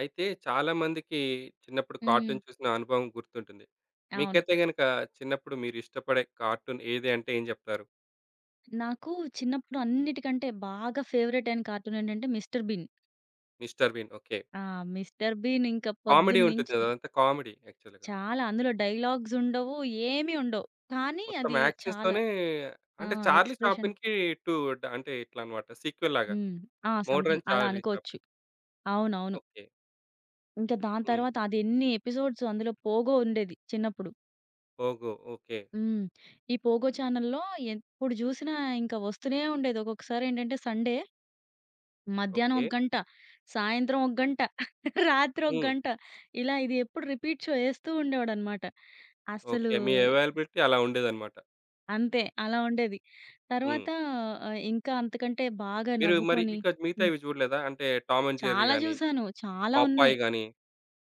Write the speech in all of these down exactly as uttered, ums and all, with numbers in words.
అయితే చాలామందికి చిన్నప్పుడు హ్మ్. కార్టూన్ చూసిన అనుభవం గుర్తుంటుంది. అవును. మీకైతే గనక చిన్నప్పుడు మీరిష్టపడే కార్టూన్ ఏది అంటే ఏం జెప్తారు? నాకు చిన్నప్పుడు అన్నిటికంటే బాగా ఫేవరెట్ అయిన కార్టూన్ ఏంటంటే 'Mister Bean.' 'Mister Bean', okay. ఆ! 'మిస్టర్ బీన్' ఇంకా కామెడీ ఉంటుంది పొద్దున్నుంచి గదా! అదంతా కామెడీ యాక్చువల్‌గా. చాలా అందులో డైలాగ్స్ ఉండవు. ఏమి ఉండవు. కానీ మొత్తం అది చాలా యాక్షన్స్‌తోనే, ఆ! అంటే 'చార్లీ ఎక్స్‌ప్రెషన్ చాప్లిన్‌కి' టూ డ అంటే ఇట్లా అన్నమాట, సీక్వెల్ లాగా. హ్మ్. ఆ! సంథింగ్ 'మోడరన్ అలా చార్లీ అనుకోవచ్చు. చాప్లిన్', అవునవును. ఓకే. ఇంకా దాని హ్మ్. తర్వాత అది ఎన్ని ఎపిసోడ్స్ అందులో 'పోగో' ఉండేది చిన్నప్పుడు. 'Pogo', okay. హ్మ్. ఈ 'పోగో' ఛానెల్‌లో ఎప్పుడు జూసినా ఇంకా వస్తూనే ఉండేది. ఒక్కొక్కసారి ఏంటంటే సండే మధ్యాహ్నం ఓకే. ఒక గంట, సాయంత్రం ఒక గంట, రాత్రి ఒక హ్మ్. గంట. ఇలా ఇది ఎప్పుడు రిపీట్ షో ఏస్తూ ఉండేవాడనమాట. అస్సలు ఓకే, మీ అవైలబిలిటీ అలా ఉండేదన్నమాట. అంతే అలా ఉండేది. హ్మ్. తర్వాత ఆహ్, ఇంకా అంతకంటే బాగా మీరు మరి నవ్వుకొని ఇంకా హ్మ్. మిగతావి చూడలేదా? అంటే 'టామ్ అండ్ జెర్రీ' చాలా గాని, జూసాను. చాలా ఉన్నాయి. 'పాపాయ్' గాని?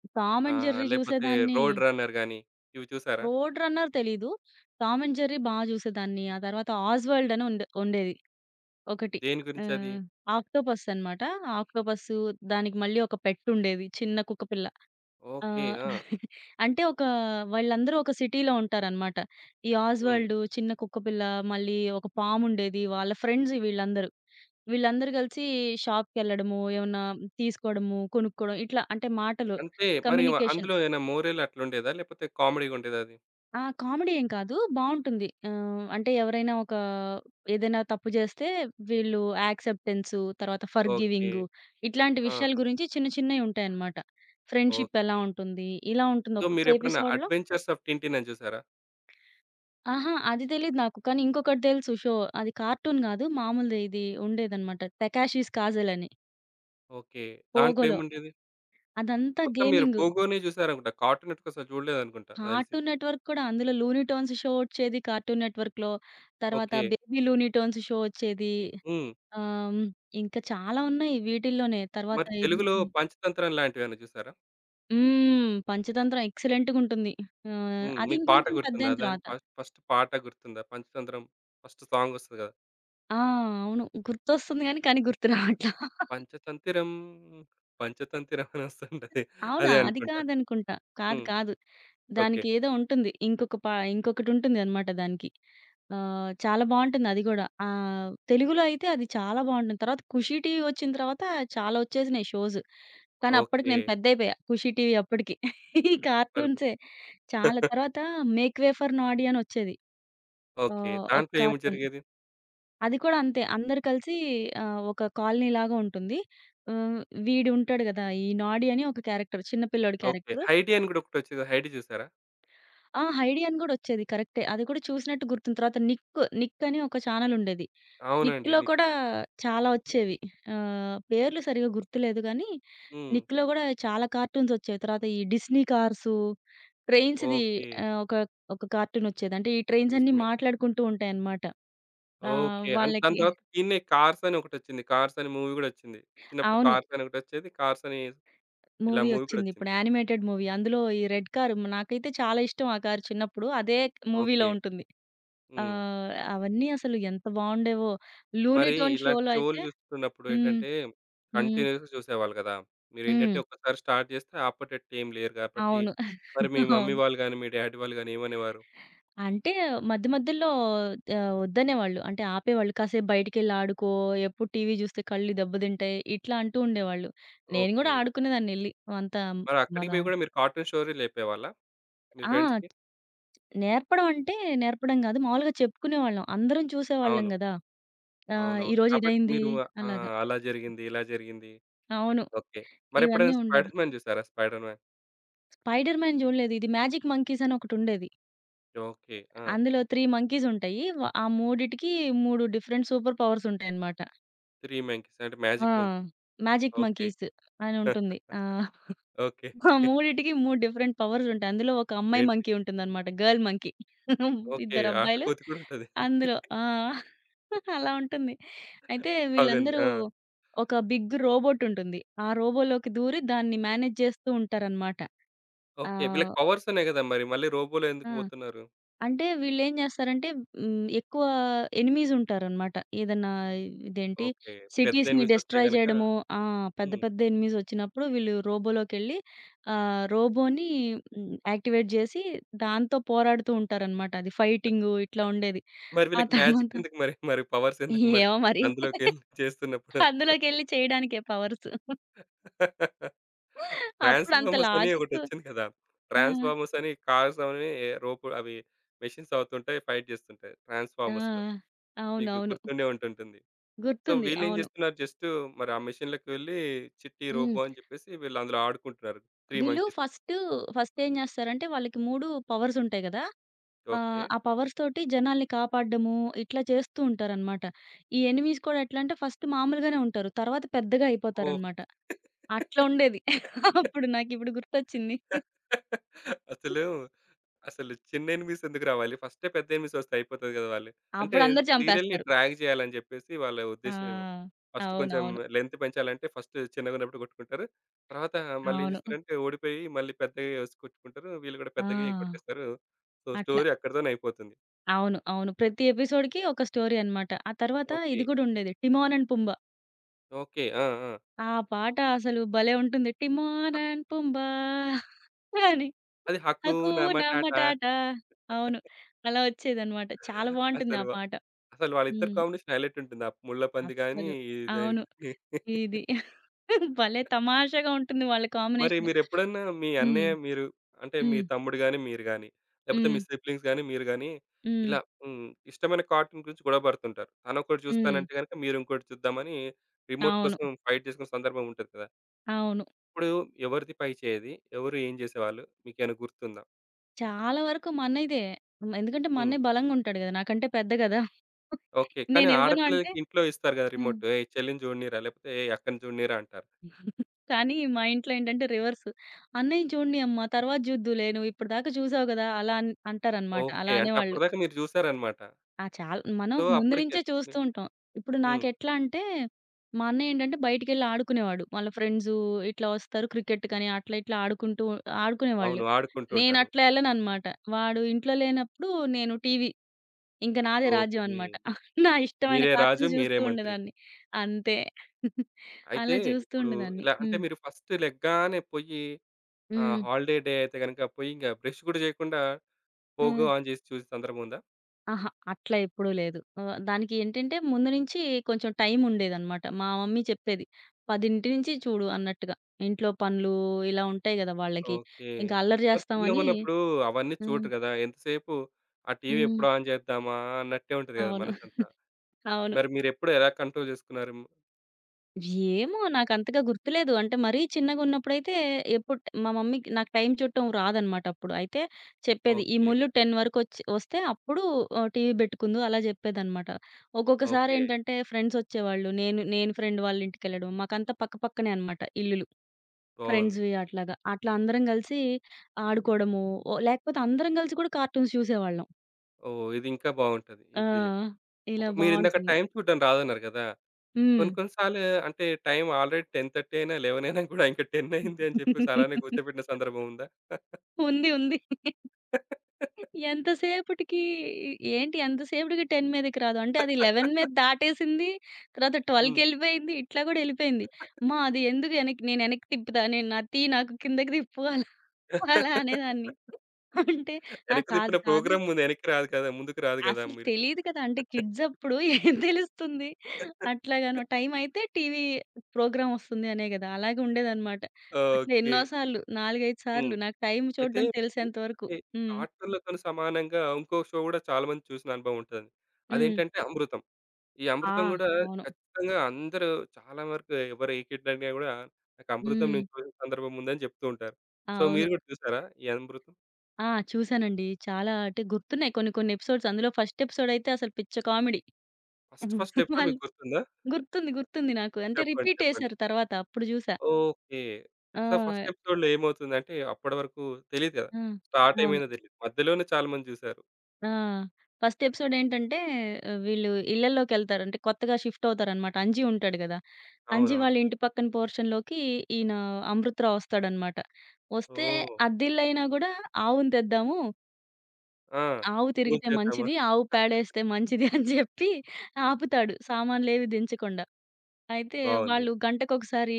'టామ్ ఆ! అండ్ జెర్రీ' లేపోతే జూసేదాన్ని. 'రోడ్ రన్నర్' గాని, ఇవి చూసారా? 'రోడ్ రన్నర్' తెలీదు. 'టామ్ అండ్ జెర్రీ' బా జూసేదాన్ని. ఆ తర్వాత 'ఆజ్‌వర్ల్డ్' అని ఉండే ఉండేది ఒకటి. దేని గురించది? ఆహ్, ఆక్టోపస్ అనమాట. ఆక్టోపస్సు దానికి మళ్ళీ ఒక పెట్ ఉండేది. చిన్న కుక్కపిల్ల. ఆ! ఓకే. ఆ! అంటే ఒక వాళ్ళందరూ ఒక సిటీలో ఉంటారనమాట. ఈ హ్మ్. 'ఆజ్‌వర్డ్', 'చిన్న కుక్కపిల్ల' మళ్ళీ ఒక పాముండేది వాళ్ళ ఫ్రెండ్స్ వీళ్ళందరూ. వీళ్ళందరూ కలిసి షాప్‌కెళ్ళడము, ఏమన్నా తీసుకోవడము, కొనుక్కోవడం ఇట్లా అంటే మాటలు అంతే మరి వ- కమ్యూనికేషన్. అందులో ఏమైనా మోరల్ అట్లుండేదా? లేపోతే కామెడీ‌గుండేదా అది? ఆ! కామెడీ ఏం కాదు బావుంటుంది. ఆహ్, అంటే ఎవరైనా ఒక ఏదైనా తప్పు జేస్తే వీళ్ళు యాక్సెప్టెన్సు, తర్వాత ఓకే. ఫర్‌గివింగు ఇట్లాంటి ఆ! విషయాల గురించి చిన్న చిన్నయి ఉంటాయన్నమాట. ఫ్రెండ్‌షిప్ ఎలా ఓకే. ఉంటుంది? ఇలా ఉంటుంది. సో, ఒక్కొక్క మీరెప్పుడన్నా ఎపిసోడ్‌లో 'అడ్వెంచర్స్ ఆఫ్ టింటిన్' అని చూసారా? అహా! అది తెలీదు నాకు. కానీ ఇంకొకటి తెలుసు షో. అది కార్టూన్ గాదు. మామూలుది ఇది ఉండేదనమాట. 'టకాషిస్ కాజల్' అని ఓకే. దాంట్లో పోగోలో. ఏముండేది? అదంతా మొత్తం మీరు గేమింగు. 'పోగోనే' చూసారనుకుంటా. కార్టూన్ నెట్‌వర్క్ అసలు చూడలేదనుకుంటా, నాకు తెలిసి. కార్టూన్ నెట్‌వర్క్ కూడా అందులో 'లూనీ ట్యూన్స్' షో వచ్చేది కార్టూన్ నెట్‌వర్క్‌లో. తర్వాత okay. 'Baby Looney Tunes' show వచ్చేది. హ్మ్. ఆహ్, ఇంకా చాలా ఉన్నాయి వీటిల్లోనే. తర్వాత మరి తెలుగులో ఇదుంటుంది. 'పంచతంత్రం' లాంటివేమైనా చూసారా? హ్మ్. 'పంచతంత్రం' ఎక్సలెంట్‌గుంటుంది. ఆహ్, హ్మ్. అది మీకు పాట ఇంకొంచెం గుర్తుందా? పెద్దయిన దాని తర్వాత. ఫస్ట్ ఫస్ట్ పాట గుర్తుందా? 'పంచతంత్రం' ఫస్ట్ సాంగొస్తది కదా! ఆ! అవును. గుర్తొస్తుంది గానీ, కానీ గుర్తు రావట్లా. పంచతంత్రం, పంచతంత్రం అనొస్తుంటది. అవునా! అదే అది అనుకుంటా. కాదనుకుంటా. కాదు. హ్మ్. కాదు. ఓకే. దానికేదో ఉంటుంది. ఇంకొక పా ఇంకొకటుంటుందనమాట దానికి. ఆహ్, చాలా బావుంటుంది అది గూడా. ఆహ్, తెలుగులో అయితే అది చాలా బావుంటుంది. తర్వాత 'ఖుషి టీవీ' వచ్చిన తర్వాత చాలా వచ్చేసినాయి షోస్. కానీ అప్పటికి ఓకే. నేను పెద్దయిపోయా. 'ఖుషి టీవీ' అప్పటికి. ఈ మరి కార్టూన్సే చాలా. తర్వాత 'మేక్ వే ఫర్ నాడీ' అనొచ్చేది. ఓకే. ఆహ్, ఒక దాంట్లో ఏమి కార్టూన్. జరిగేది? అది కూడా అంతే. అందరూ కలిసి ఆహ్, ఒక కాలనీ లాగా ఉంటుంది. ఆహ్, వీడుంటాడు గదా! ఈ నాడీ అని ఒక క్యారెక్టర్. చిన్న పిల్లోడు ఓకే. క్యారెక్టర్. 'హైడీ' అని గూడా ఒకటొచ్చేది. 'హైడీ' చూసారా? ఆ! 'హైడీ' అని గూడొచ్చేది కరెక్టే. అది కూడా చూసినట్టు గుర్తుంది. తర్వాత 'నిక్' 'నిక్' అని ఒక ఛానెలుండేది. అవునండి. 'నిక్'లో నిక్. కూడా చాలా వచ్చేవి. ఆహ్, పేర్లు సరిగ్గా గుర్తులేదు గానీ, హ్మ్. 'నిక్'లో గూడా చాలా కార్టూన్సొచ్చేవి. తర్వాత ఈ డిస్నీ కార్సు, ట్రైన్స్‌ది ఓకే. ఆహ్, ఒక ఒక కార్టూనొచ్చేది. అంటే ఈ ట్రైన్స్ అన్నీ నిజమే. మాట్లాడుకుంటూ ఉంటాయన్నమాట. ఆహ్, ఓకే. అండ్ దాని వాళ్ళకి తర్వాత దీన్నే 'కార్స్' అని ఒకటొచ్చింది. 'కార్స్' అనే మూవీ గూడొచ్చింది. చిన్నప్పుడు అవును. 'కార్స్' అని ఒకటొచ్చేది. 'కార్స్' అని ఇలా మూవీ మూవీ ఒచ్చింది. గూడొచ్చింది. ఇప్పుడు యానిమేటెడ్ మూవీ. అందులో ఈ రెడ్ కారు నాకైతే చాలా ఇష్టం ఆ కారు చిన్నప్పుడు. అదే మూవీలో ఓకే. ఉంటుంది. హ్మ్. ఆహ్, అవన్నీ అసలు ఎంత బావుండేవో. 'లూనీ మరి ట్యూన్' ఇలాంటి షోలో షోలు అయితే చూస్తున్నప్పుడు హ్మ్. ఏంటంటే, హ్మ్. కంటిన్యూయస్‌గా చూసేవాళ్ళు కదా! హ్మ్. మీరేంటంటే ఒక్కసారి స్టార్ట్ చేస్తే ఆపేటట్టు ఏం లేరు కాబట్టి, అవును. మరి మీ మమ్మీ అవును. వాళ్ళు గాని, మీ డ్యాడీ వాళ్ళు గాని ఏమనేవారు? అంటే మధ్య మధ్యలో ఆహ్, వద్దనేవాళ్ళు. అంటే ఆపేవాళ్ళు. "కాసేపు బయటికెళ్ళి ఆడుకో. ఎప్పుడు టీవీ చూస్తే కళ్ళు దెబ్బతింటాయి." ఇట్లా అంటూ ఉండేవాళ్ళు. నేను ఓకే. గూడా ఆడుకునేదాన్నెళ్లి. అంత మరి అక్కడికి మనం పోయి కూడా మీరు కార్టూన్ స్టోరీలు చెప్పేవాళ్ళా మీ ఆ! ఫ్రెండ్స్‌కి? నేర్పడం అంటే నేర్పడం గాదు. మామూలుగా చెప్పుకునేవాళ్ళం. అందరం చూసేవాళ్ళం అవును. గదా! ఆహ్, అవునవును. "ఈరోజు కాబట్టి ఇదయింది." మీరు ఆ! అలాగా. అలా జరిగింది, ఇలా జరిగింది. అవును. ఓకే. ఇవన్నీ మరెప్పుడైనా ఉండేది. 'స్పైడర్ మ్యాన్' చూసారా? 'Spider man'? 'స్పైడర్ మ్యాన్' జూడలేదు. ఇది 'మ్యాజిక్ మంకీస్' అని ఒకటుండేది. ఓకే. ఆ! అందులో మూడు మంకీస్ ఉంటాయి. వ ఆ మూడిటికి మూడు డిఫరెంట్ సూపర్ పవర్స్ ఉంటాయన్నమాట. మూడు మంకీస్ అంటే ఆ! Magic monkey. 'Magic okay. Monkeys' అని ఉంటుంది. ఆ! ఓకే. ఆ మూడిటికి మూడు డిఫరెంట్ పవర్స్ ఉంటాయి. అందులో ఒక అమ్మాయి ఏంటి? మంకీ ఉంటుందన్నమాట. Girl monkey. ఓకే. ఇద్దరు ఆట అబ్బాయిలు కోతి కూడా ఉంటది. అందులో ఆ! అలా ఉంటుంది. అయితే బాగుంది. వీళ్ళందరూ ఆ! ఒక బిగ్ రోబోట్ ఉంటుంది. ఆ రోబోలోకి దూరి దాన్ని మేనేజ్ చేస్తూ ఉంటారన్నమాట. ఓకే. వీళ్ళకి ఆహ్, పవర్స్ ఉన్నాయి గదా! మరి మళ్ళీ రోబోలో ఆ! ఎందుకు పోతున్నారు? అంటే వీళ్ళేం జేస్తారంటే హ్మ్. ఎక్కువ ఎనిమీస్ ఉంటారనమాట. ఏదన్నా ఇదేంటి ఓకే. పెద్ద సిటీస్‌ని ఎనిమీస్ వస్తే డెస్ట్రాయ్ గనక జేయడము ఆ! పెద్ద హ్మ్. పెద్ద ఎనిమీస్ ఒచ్చినప్పుడు వీళ్ళు రోబోలోకెళ్ళి ఆహ్, రోబోని హ్మ్. యాక్టివేట్ జేసి దాంతో పోరాడుతూ ఉంటారనమాట. అది ఫైటింగు ఇట్లా ఉండేది. మరి ఆ వీళ్ళకి మ్యాజిక్ తర్వాత ఎందుకు మరి? మరి పవర్స్ ఎందుకు మరి? ఏమో మరి అందులోకెళ్ళి చేస్తున్నప్పుడు? అందులోకెళ్ళి చేయడానికే పవర్స్. అప్పుడు అంత ట్రాన్స్‌ఫార్మర్స్ అని లాజిక్ ఒకటొచ్చింది కదా! ఆ! ట్రాన్స్‌ఫార్మర్స్ అని, కార్స్ అని, రోబో అవి మెషిన్స్ అవుతుంటాయి. ఫైట్ చేస్తుంటాయి ఆ! ట్రాన్స్‌ఫార్మర్స్‌లో. మీకు అవునవును. గుర్తుండే ఉంటుంటుంది సో, గుర్తుంది. వీళ్ళేం అవును. చేస్తున్నారు? జస్ట్ మరి ఆ మెషిన్‌లోకి వెళ్లి చిట్టి హ్మ్. రోబో అని చెప్పేసి వీళ్ళు అందులో ఆడుకుంటున్నారు. మూడు వీళ్ళు మంకీస్. ఫస్ట్, ఫస్ట్ ఏం జేస్తారంటే వాళ్ళకి మూడు పవర్స్ ఉంటాయి గదా! ఓకే. ఆహ్, ఆ పవర్స్ తోటి జనాల్ని కాపాడ్డము, ఇట్లా చేస్తూ ఉంటారనమాట. ఈ ఎనిమీస్ కూడా ఎట్లా అంటే ఫస్ట్ మామూలుగానే ఉంటారు. తర్వాత పెద్దగా ఓహ్! అయిపోతారనమాట. అట్లా ఉండేది. అప్పుడు నాకిప్పుడు గుర్తొచ్చింది. అసలు, అసలు చిన్న ఎనిమీస్ ఎందుకు రావాలి? ఫస్టే పెద్ద ఎనిమీస్ వస్తే అయిపోతది గదా వాళ్ళు. అంటే అప్పుడు అందరూ సీరియల్‌ని చంపేస్తారు. డ్రాగ్ జేయాలని జెప్పేసి వాళ్ళ ఆ! ఉద్దేశ్యమేమో. ఫస్ట్ కొంచెం అవునవును. లెంత్ పెంచాలంటే ఫస్ట్ చిన్నగున్నప్పుడు కొట్టుకుంటారు. తర్వాత మళ్ళీ ఏం అవును. అవును జేస్తారంటే ఓడిపోయి మళ్ళీ పెద్దగా చేసి కొట్టుకుంటారు. వీళ్ళు గూడా ఆ! పెద్దగా కొట్టేస్తారు. సో, అట్లా. స్టోరీ అక్కడితోనే అయిపోతుంది. అవును. అవును. ప్రతి ఎపిసోడ్‌కి ఒక స్టోరీ అనమాట. ఆ తర్వాత ఓకే. ఇది గూడా ఉండేది 'టిమోన్ అండ్ పుంబ.' ఓకే. ఆ! ఆ! ఆ పాట అసలు భలే ఉంటుంది. హక్, 'టిమోరాన్ పుంబా' అని అది 'హక్కు నామా 'హకునా టాటా'. మటాటా' అవును. అలా వచ్చేదనమాట. చాలా బావుంటుంది అసలు, ఆ వా- పాట. అసలు వాళ్ళిద్దరి హ్మ్. కాంబినేషన్ హైలైట్ ఉంటుంది. ఆ ముళ్ళ పంది గాని, అస్సలు. ఇది గాని, అవును. ఇది. భలే తమాషాగా ఉంటుంది వాళ్ళ మరి కాంబినేషన్. మీరెప్పుడన్నా మీ హ్మ్. అన్నయ్య, మీరు, అంటే మీ హ్మ్. తమ్ముడు గాని, మీరు గాని, లేపోతే హ్మ్. మీ సిబ్లింగ్స్ గాని, మీరు గాని హ్మ్. ఇలా హ్మ్ ఇష్టమైన కార్టూన్ గురించి గొడవ పడుతుంటారు. తనొకటి హ్మ్. చూస్తానంటే గనక మీరు ఇంకోటి చూద్దామని రిమోట్ అవును. కోసం ఫైట్ చేసుకున్న సందర్భం ఉంటది కదా! అవును. ఇప్పుడు ఎవరిది పై చేయేది? ఎవరు ఏం చేసేవాళ్ళు? మీకేమైనా గుర్తుందా? చాలా వరకు మా అన్నయ్యదే. మ- ఎందుకంటే మా హ్మ్. అన్నయ్య బలంగుంటాడు గదా! నాకంటే పెద్ద గదా! ఓకే. కానీ నేనివ్వను అంటే ఆడపిల్లలకి ఇంట్లో ఇస్తారు కదా హ్మ్. రిమోట్. "ఏయ్! చెల్లిని చూడనీరా", లేపోతే "ఏయ్! అక్కని చూడనీరా" అంటారు. కానీ మా ఇంట్లో ఏంటంటే రివర్స్. "అన్నయ్యని చూడనీ అమ్మ, తర్వాత చూద్దువులే. నువ్వు ఇప్పటిదాకా చూసావు గదా!" అలా అన్ అంటారనమాట. ఓకే. అలా అంటే అనేవాళ్ళు. అప్పటిదాకా మీరు చూసారన్నమాట. ఆ! చాల్ మనం సో, ముందు అప్పటికి నుంచే చూస్తూ ఉంటాం. ఇప్పుడు హ్మ్. నాకెట్లా అంటే, మా అన్నయ్య ఏంటంటే బయటికెళ్ళి ఆడుకునేవాడు. వాళ్ళ ఫ్రెండ్సు ఇట్లా వస్తారు క్రికెట్ కని అట్లా ఇట్లా ఆడుకుంటూ ఆడుకునేవాళ్ళు. అవును. ఆడుకుంటూ ఉంటారు. నేనట్లా ఎళ్ళననమాట. వాడు ఇంట్లో లేనప్పుడు నేను టీవీ. ఇంక నాదే రాజ్యం ఓకే. అనమాట. నా ఇష్టమైన మీరే రాజు, కార్టూన్స్ మీరే చూస్తూ మంత్రి. ఉండేదాన్ని. అంతే. అయితే అలా చూస్తూ ఇప్పుడు ఉండేదాన్ని. ఇలా అంటే హ్మ్. మీరు ఫస్ట్ లెగ్గానే పొయ్యి ఆహ్, హ్మ్. హాలిడే డే అయితే గనక పొయ్యి ఇంక బ్రష్ గూడా జేయకుండా పోగో హ్మ్. ఆన్ జేసి చూసిన సందర్భముందా? అహా! అట్లా ఎప్పుడూ లేదు. ఆహ్, దానికి ఏంటంటే ముందు నుంచి కొంచెం టైం ఉండేదనమాట. మా మమ్మీ చెప్పేది. పది నుంచి చూడు అన్నట్టుగా. ఇంట్లో పనులు ఇలా ఉంటాయి గదా! వాళ్ళకి. ఓకే. ఇంకా అల్లరి మరి జేస్తామని చిన్నగున్నప్పుడు అవన్నీ హ్మ్. చూడరు గదా! ఎంతసేపు ఆ టీవీ హ్మ్. ఎప్పుడు ఆన్ జేద్దామా అన్నట్టే ఉంటది గదా అవును. మనసంతా. అవును. మరి మీరెప్పుడు ఎలా కంట్రోల్ జేసుకున్నారు? ఏమో నాకంతగా గుర్తులేదు. అంటే మరీ చిన్నగున్నప్పుడైతే ఎప్పుడు మా మమ్మీకి నాకు టైం చూడటం రాదనమాట అప్పుడు. అయితే చెప్పేది, "ఈ ఓకే. ముళ్ళు పది వరకొచ్చి వస్తే అప్పుడు ఆహ్, టీవీ పెట్టుకుందువు" అలా చెప్పేదనమాట. ఓకే. ఒక్కొక్కసారేంటంటే ఫ్రెండ్సొచ్చేవాళ్ళు. నేను నేను ఫ్రెండ్ వాళ్ళ ఇంటికెళ్ళడం. మాకంతా పక్క పక్కనే అనమాట ఇల్లులు. బావుంది. ఫ్రెండ్స్‌వి అట్లాగా. అట్లా అందరం గలిసి ఆడుకోవడము, ఓ లేకపోతే అందరం గలిసి కూడా కార్టూన్స్ చూసేవాళ్ళం. ఓహ్! ఇది ఇంకా బావుంటది ఆ! ఈ ఫీలింగ్. ఒక ఇలా మీరిందాక బావుంటుంది. టైం చూడడం రాదన్నారు గదా! హ్మ్. కొన్ని కొన్ని సార్లు అంటే టైం ఆల్రెడీ పది ముప్పై అయినా, పదకొండు అయినా కూడా ఇంకా పది అయింది అని చెప్పేసి అలానే కూర్చోబెట్టిన సందర్భం ఉందా? ఉంది. ఉంది. ఎంత సేపటికి ఏంటి ఎంత సేపటికి పది మీదకి రాదు. అంటే అది పదకొండు మీద దాటేసింది. తర్వాత హ్మ్. పన్నెండుకెళ్ళిపోయింది. ఇట్లా కూడా ఎళ్ళిపోయింది. అమ్మా! అది ఎందుకు వెనక్కి నేను వెనక్కి తిప్పుతా. నేను నా తీ నాకు కిందకి తిప్పు అలా అలా అనేదాన్ని. అంటే ఆ! వెనక్కి కాదు తిప్పిన కాదు. ప్రోగ్రామ్ ముందు వెనక్కి రాదు కదా! ముందుకు రాదు కదా అసలు మీరు? తెలీదు కదా! అంటే కిడ్స్ అప్పుడు ఏం తెలుస్తుంది. అట్లాగను టైం అయితే టీవీ ప్రోగ్రామ్ వస్తుంది అనే కదా! అలాగే ఉండేదన్నమాట. అట్లా ఓకే. ఎన్నో సార్లు నాలుగు, ఐదు హ్మ్. సార్లు నాకు టైం అయితే చూడడం తెలిసేంత వరకు. అంటే హ్మ్. కార్టూన్‌లతోని సమానంగా ఇంకో షో కూడా చాలా మంది చూసిన అనుభవం ఉంటది. హ్మ్. అదేంటంటే 'అమృతం.' ఈ ఆ! 'అమృతం' కూడా అవును. ఖచ్చితంగా అందరూ, చాలా వరకు ఎవరు ఏ కిడ్ అడిగినా కూడా నాకు 'అమృతం' హ్మ్. నేను చూసిన సందర్భం ఉందని చెప్తూ ఉంటారు. సో, అవును. మీరు కూడా చూసారా ఈ 'అమృతం'? ఆ! చూసానండి. చాలా అంటే గుర్తున్నాయి కొన్ని కొన్ని ఎపిసోడ్స్. అందులో ఫస్ట్ ఎపిసోడ్ అయితే అసలు పిచ్చ కామెడీ. ఫస్ట్ ఫస్ట్ ఎపిసోడ్ వాళ్ళు మీకు గుర్తుందా? గుర్తుంది. గుర్తుంది నాకు. అంటే చెప్పండి. రిపీట్ చెప్పండి. ఎసారు తర్వాత. అప్పుడు జూసా. ఓకే. సో, ఆ! ఫస్ట్ ఎపిసోడ్‌లో ఏమవుతుందంటే, అప్పటి వరకు తెలీదు గదా! ఆ! స్టార్ట్ అవును. ఏమైందో తెలీదు. మధ్యలోనే చాలా మంది చూసారు. ఆ! ఫస్ట్ ఎపిసోడ్ ఏంటంటే ఆహ్, వీళ్ళు ఇళ్ళల్లోకెళ్తారు. అంటే కొత్తగా షిఫ్ట్ అవుతారనమాట. అంజి ఉంటాడు గదా! అంజి అవునవును. వాళ్ళ ఇంటి పక్కన పోర్షన్‌లోకి ఈయన అమృతరావు వస్తాడనమాట. వస్తే ఓహ్! అద్దిల్లయినా గూడా ఆవును తెద్దాము ఆ! ఆవు పూజ తిరిగితే చేద్దామా? మంచిది. ఆవు పేడేస్తే మంచిది అని చెప్పి ఆపుతాడు సామాన్లేవి దించకుండా. అయితే బావుంది. వాళ్ళు గంటకొకసారి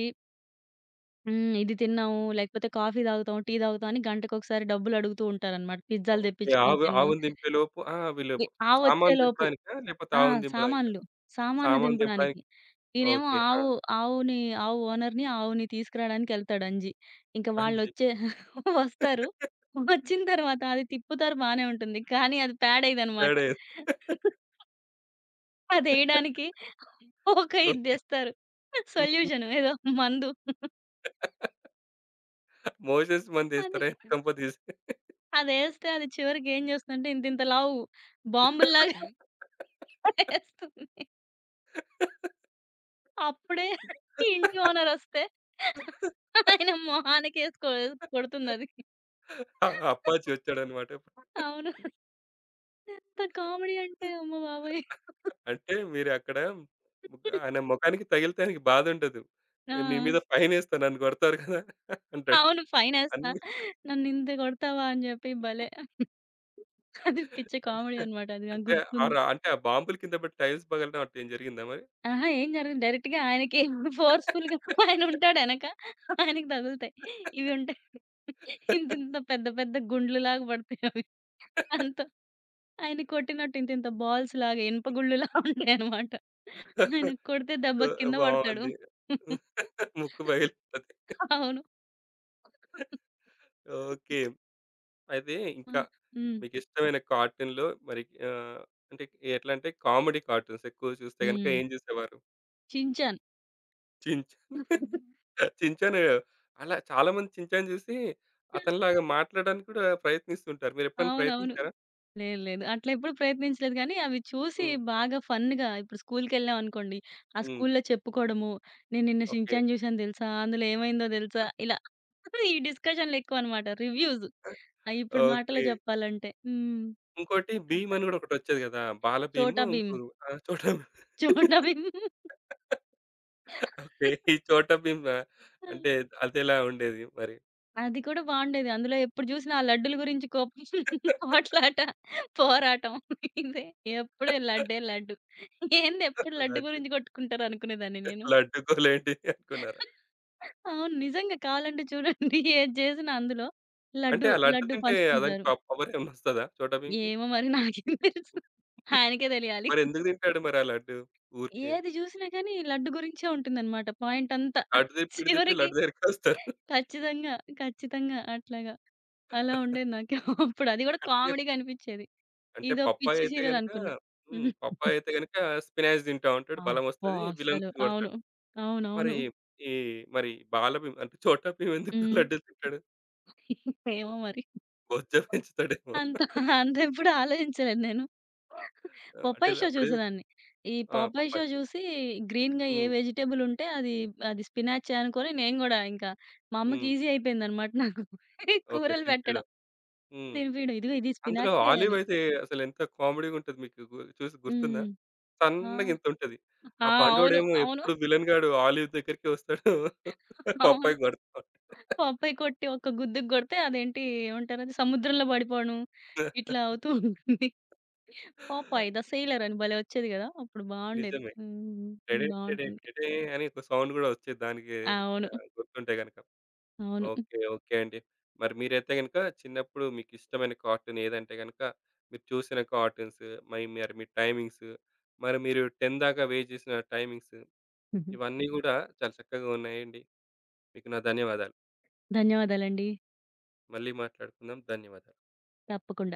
హ్మ్. ఇది తిన్నాము, లేకపోతే కాఫీ తాగుతాం, టీ తాగుతాం అని గంటకొకసారి డబ్బులడుగుతూ ఉంటారనమాట. పిజ్జాలు ఓకే. తెప్పించుకొని ఆవు తిన్ను. ఆవును దింపేలోపు ఆ! వీళ్ళు వి సామాన్లు ఆవొచ్చేలోపు దింపడానికా? లేపోతే ఆ! ఆవును దింపడానికా? సామాన్లు. సామాన్లు సామాను దింపడానికి. దింపడానికి. ఈయనేమో ఓకే. ఆ! ఆవు ఆవుని ఆవు ఓనర్‌ని, ఆవుని తీసుకురాడానికెళ్తాడు అంజి. ఇంక అంజి. వాళ్ళొచ్చే వస్తారు. వచ్చిన తర్వాత అది తిప్పుతారు బానే ఉంటుంది. కానీ అది పేడేయదనమాట. గడేది. అదేయడానికి ఒక ఇది తెస్తారు. సొల్యూషన్ ఏదో మందు. మోషెస్ అది మందేస్తారా? కంప తీసి. అదేస్తే అది చివరికి ఏం చేస్తుందంటే ఇంతింత లావు బాంబుల్లాగా ఏస్తుంది. అప్పుడే ఇంటి ఓనరొస్తే ఆయన మొహానికేసి కొ కొడుతుందది. ఆ! అప్పాజీ వచ్చాడనమాట. అవును. ఎంత కామెడీ అంటే అమ్మ బాబోయ్! అంటే మీరక్కడ ముఖ ఆయన ముఖానికి తగిలితే ఆయనకి బాధుండదు. ఆ! "ఏ మీ మీద ఫైనేస్తా నన్ను కొడతారు కదా!" అంటాడు. అవును. ఫైనేస్తా. అన్ని నన్నింత కొడతావా అని చెప్పి భలే అది పిచ్చి కామెడీ అంటే అన్నమాట. అది నాకు అంటే ఆ గుర్తుంది. రా అంటే ఆ బాంబుల కింద పడి టైల్స్ పగలడం అట్లా ఏం జరిగిందా మరి? అహా! ఏం జరగదు. డైరెక్ట్‌గా ఆయనకి ఫోర్స్‌ఫుల్‌గా ఆయన ఉంటాడు ఎనక. ఆయనకి తగులుతాయి. ఇవి ఉంటాయి. ఇంతింత పెద్ద పెద్ద గుండ్లులాగా పడతాయి అవి. దాంతో ఆయన కొట్టినట్టు ఇంతింత బాల్స్‌లాగా ఇనుప గుళ్ళులా ఉంటాయన్నమాట. ఆయన కొడితే సో, దెబ్బకి కింద పడతాడు. బావుంది. ముక్కు పగిలిపోద్ది. అవును. ఓకే. అయితే ఆ! ఇంకా హ్మ్. మీకిష్టమైన కార్టూన్‌లో మరి ఆహ్, అంటే ఎట్లా అంటే కామెడీ కార్టూన్స్ ఎక్కువ చూస్తే గనుక హ్మ్. ఏం చూసేవారు? Shin Chan. 'చించాన్.' చించాను, అలా చాలామంది చించాను చూసి అతనిలాగా మాట్లాడడానికి కూడా ప్రయత్నిస్తుంటారు. మీరెప్పుడైనా అవునవును. ప్రయత్నించారా? లేదు. లేదు. అట్లా ఎప్పుడు ప్రయత్నించలేదు గానీ, అవి చూసి హ్మ్. బాగా ఫన్‌గా ఇప్పుడు స్కూల్‌కెళ్ళామనుకోండి, ఆ హ్మ్. స్కూల్‌లో చెప్పుకోవడము, "నేను నిన్న ఓకే. 'షిన్‌చాన్' చూసాను తెలుసా? అందులో ఏమైందో తెలుసా?" ఇలా ఈ డిస్కషన్‌లు ఎక్కువనమాట. రివ్యూస్. ఆహ్, ఇప్పుడు మాటలో ఓకే. చెప్పాలంటే. హ్మ్. ఇంకోటి 'భీమ్' అట్లా. అని కూడా ఒకటొచ్చేది కదా! 'బాల భీమ్' 'చోటా భీమ్'. ఇంకో ఆ! 'చోటా భీమ్'. 'చోటా భీమ్' ఓకే. ఈ 'చోటా భీమ్', ఆ, అంటే అదెలా ఉండేది మరి? అది కూడా బాగుండేది. అందులో ఎప్పుడు చూసినా ఆ లడ్డుల గురించి కోపం, పోట్లాట, పోరాటం ఇదే. ఎప్పుడు లడ్డే లడ్డు. ఏంది ఎప్పుడు లడ్డు లడ్డు గురించి కొట్టుకుంటారనుకునేదాన్ని నేను. లడ్డు గోలేంటి అనుకున్నారా? అవును. నిజంగా కావాలంటే చూడండి ఏది చేసినా అందులో అంటే లడ్డు, ఆ లడ్డు లడ్డు తింటే అతనికి పంచుకుంటారు. ప పవర్ ఏమన్నా వస్తదా 'చోటా భీమ్‌కి'? ఏమో మరి నాకేం తెలుసు. ఆయనకే తెలియాలి. మరెందుకు తింటాడు మరి ఆ లడ్డు ఊరికే? ఏది చూసినా కానీ లడ్డు గురించే ఉంటుందన్నమాట పాయింటంతా. అటు తిప్పి, ఇటు తిప్పి చివరికి లడ్డు దగ్గరికొస్తారు. ఖచ్చితంగా, ఖచ్చితంగా అట్లాగా. అలా ఉండేది నాకు అప్పుడు. అది కూడా అంటే కామెడీగా అనిపిచ్చేది. అంటే ఇదో పప్పాయి పిచ్చి అయితే సీరియల్ గనక అనుకున్నా. హ్మ్ హ్మ్. పప్పాయి అయితే గనక స్పినాచ్ తింటా ఉంటాడు. అబ్బా! బలమొస్తది. అసలు. విలన్స్ అవును. కొడతాడు. మరి అవునవును. ఈ మరి బాల భీమ్ అంటే చోటా భీమ్ ఎందుకు హ్మ్. లడ్డూలు తింటాడు? ఏమో మరి. బొజ్జ పెంచుతాడేమో. అంత అంతెప్పుడు ఆలోచించలేదు నేను. ఆ, అంటే పొపాయ్ షో అప్పుడు చూసేదాన్ని. ఈ ఆ! పొపాయ్ షో పప్పాయి. చూసి గ్రీన్‌గా ఏ హ్మ్. వెజిటబుల్ ఉంటే అది, అది స్పినాచే అనుకోని నేను గూడా ఇంకా మా అమ్మకి హ్మ్. ఈజీ అయిపోయిందనమాట నాకు. ఓకే. కూరలు పెట్టడం, తినిపియడం. హ్మ్. తినిపియడం. ఇదిగో ఇది అందులో స్పినాచ్‌దే ఆలివ్ అని. అయితే అసలెంత కామెడీగా ఉంటది. మీకు గు చూసి గుర్తుందా? హ్మ్. ఆ! సన్నగా ఇంతుంటది. ఆ! ఆ అవును. బండోడేమో అవును. ఎప్పుడు విలన్ గాడు ఆలివ్ దగ్గరికే వస్తాడు. అవును. పప్పాయి కొడతా పొపాయ్ కొట్టి ఒక్క గుద్దుకు కొడితే అదేంటి ఏమంటారది సముద్రంలో పడిపోవడం ఉంటాడు. ఇట్లా అవుతూ ఉంటుంది. పొపాయ్ ద సెయిలర్ అని భలే వచ్చేది గదా! అప్పుడు బావుండేది. నిజమే. హ్మ్. టడే టడే బావుంటుంది. టడే అని ఒక సౌండ్ గూడా వచ్చేది దానికి, అవును. ఆహ్, గుర్తుంటే గనక. అవును. ఓకే. ఓకే అండి. మరి మీరైతే గనక చిన్నప్పుడు మీకిష్టమైన కార్టూన్ ఏదంటే గనక మీరు చూసిన కార్టూన్స్, మరి మరి మీ టైమింగ్స్, మరి మీరు పది దాకా వెయిట్ చేసిన టైమింగ్స్, ఇవన్నీ గూడా చాలా చక్కగా ఉన్నాయండి. మీకు నా ధన్యవాదాలు. ధన్యవాదాలండి. మళ్ళీ మాట్లాడుకుందాం. ధన్యవాదాలు. తప్పకుండా.